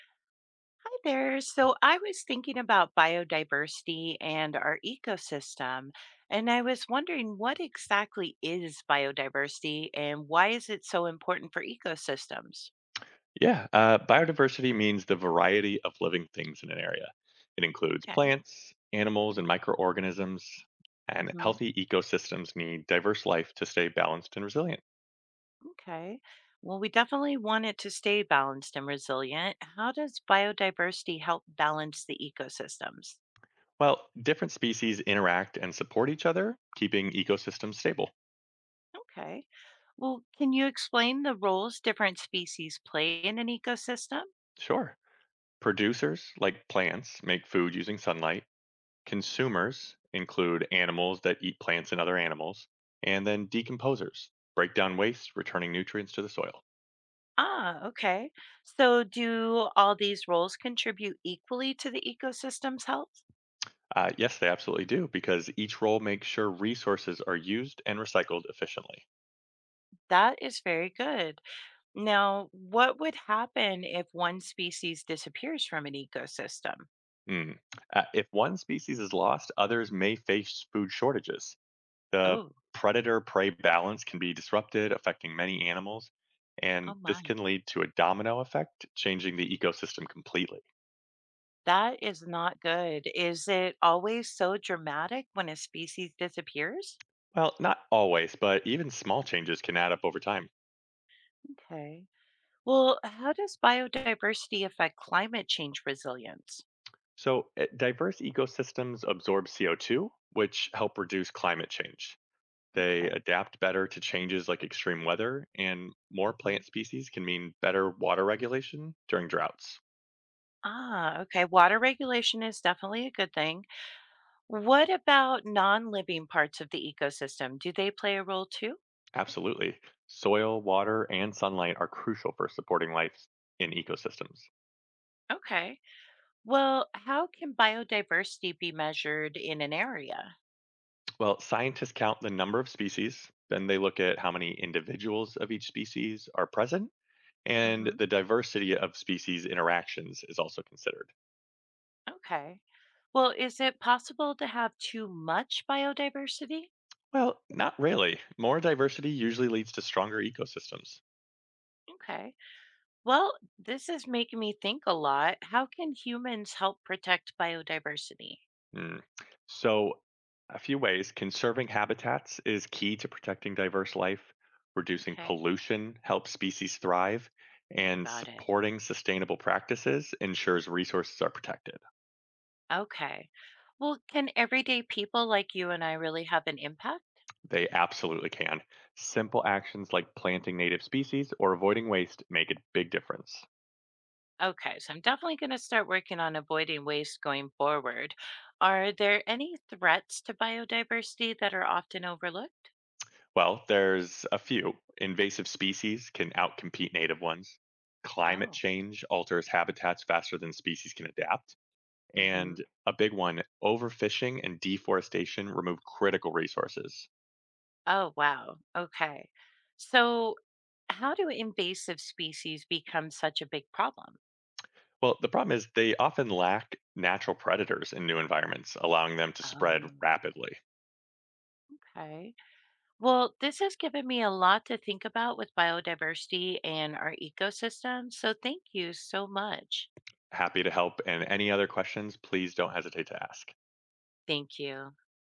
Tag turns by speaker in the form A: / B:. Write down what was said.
A: Hi there. So I was thinking about biodiversity and our ecosystem, and I was wondering what exactly is biodiversity and why is it so important for ecosystems?
B: Yeah, biodiversity means the variety of living things in an area. It includes
A: Okay.
B: plants, animals, and microorganisms, and
A: Hmm.
B: healthy ecosystems need diverse life to stay balanced and resilient.
A: Okay. Well, we definitely want it to stay balanced and resilient. How does biodiversity help balance the ecosystems?
B: Well, different species interact and support each other, keeping ecosystems stable.
A: Okay. Well, can you explain the roles different species play in an ecosystem?
B: Sure. Producers, like plants, make food using sunlight. Consumers include animals that eat plants and other animals. And then decomposers break down waste, returning nutrients to the soil.
A: Ah, okay. So, do all these roles contribute equally to the ecosystem's health?
B: Yes, they absolutely do, because each role makes sure resources are used and recycled efficiently.
A: That is very good. Now, what would happen if one species disappears from an ecosystem?
B: Mm. If one species is lost, others may face food shortages. The
A: Oh,
B: predator prey balance can be disrupted, affecting many animals,
A: oh
B: and
A: my.
B: this can lead to a domino effect, changing the ecosystem completely.
A: That is not good. Is it always so dramatic when a species disappears?
B: Well, not always, but even small changes can add up over time.
A: Okay. Well, how does biodiversity affect climate change resilience?
B: So, diverse ecosystems absorb CO2, which help reduce climate change. They
A: Okay.
B: adapt better to changes like extreme weather, and more plant
A: Mhm.
B: species can mean better water regulation during droughts.
A: Ah, okay. Water regulation is definitely a good thing. What about non-living parts of the ecosystem? Do they play a role too?
B: Absolutely. Soil, water, and sunlight are crucial for supporting life in ecosystems.
A: Okay. Well, how can biodiversity be measured in an area?
B: Well, scientists count the number of species, then they look at how many individuals of each species are present, and
A: Hmm.
B: the diversity of species interactions is also considered.
A: Okay. Well, is it possible to have too much biodiversity?
B: Well, not really. More diversity usually leads to stronger ecosystems.
A: Okay. Well, this is making me think a lot. How can humans help protect biodiversity?
B: Mm. So, a few ways conserving habitats is key to protecting diverse life, reducing
A: Okay.
B: pollution helps species thrive, and
A: Got it.
B: supporting sustainable practices ensures resources are protected.
A: Okay. Well, can everyday people like you and I really have an impact?
B: They absolutely can. Simple actions like planting native species or avoiding waste make a big difference.
A: Okay, so I'm definitely going to start working on avoiding waste going forward. Are there any threats to biodiversity that are often overlooked?
B: Well, there's a few. Invasive species can outcompete native ones. Climate
A: Oh,
B: change alters habitats faster than species can adapt.
A: hmm,
B: And a big one, overfishing and deforestation remove critical resources.
A: oh, wow. Okay. So, how do invasive species become such a big problem?
B: Well, the problem is they often lack natural predators in new environments, allowing them to spread
A: Oh,
B: rapidly.
A: okay. Well, this has given me a lot to think about with biodiversity and our ecosystem. So, thank you so much.
B: Happy to help. And any other questions, please don't hesitate to ask.
A: Thank you.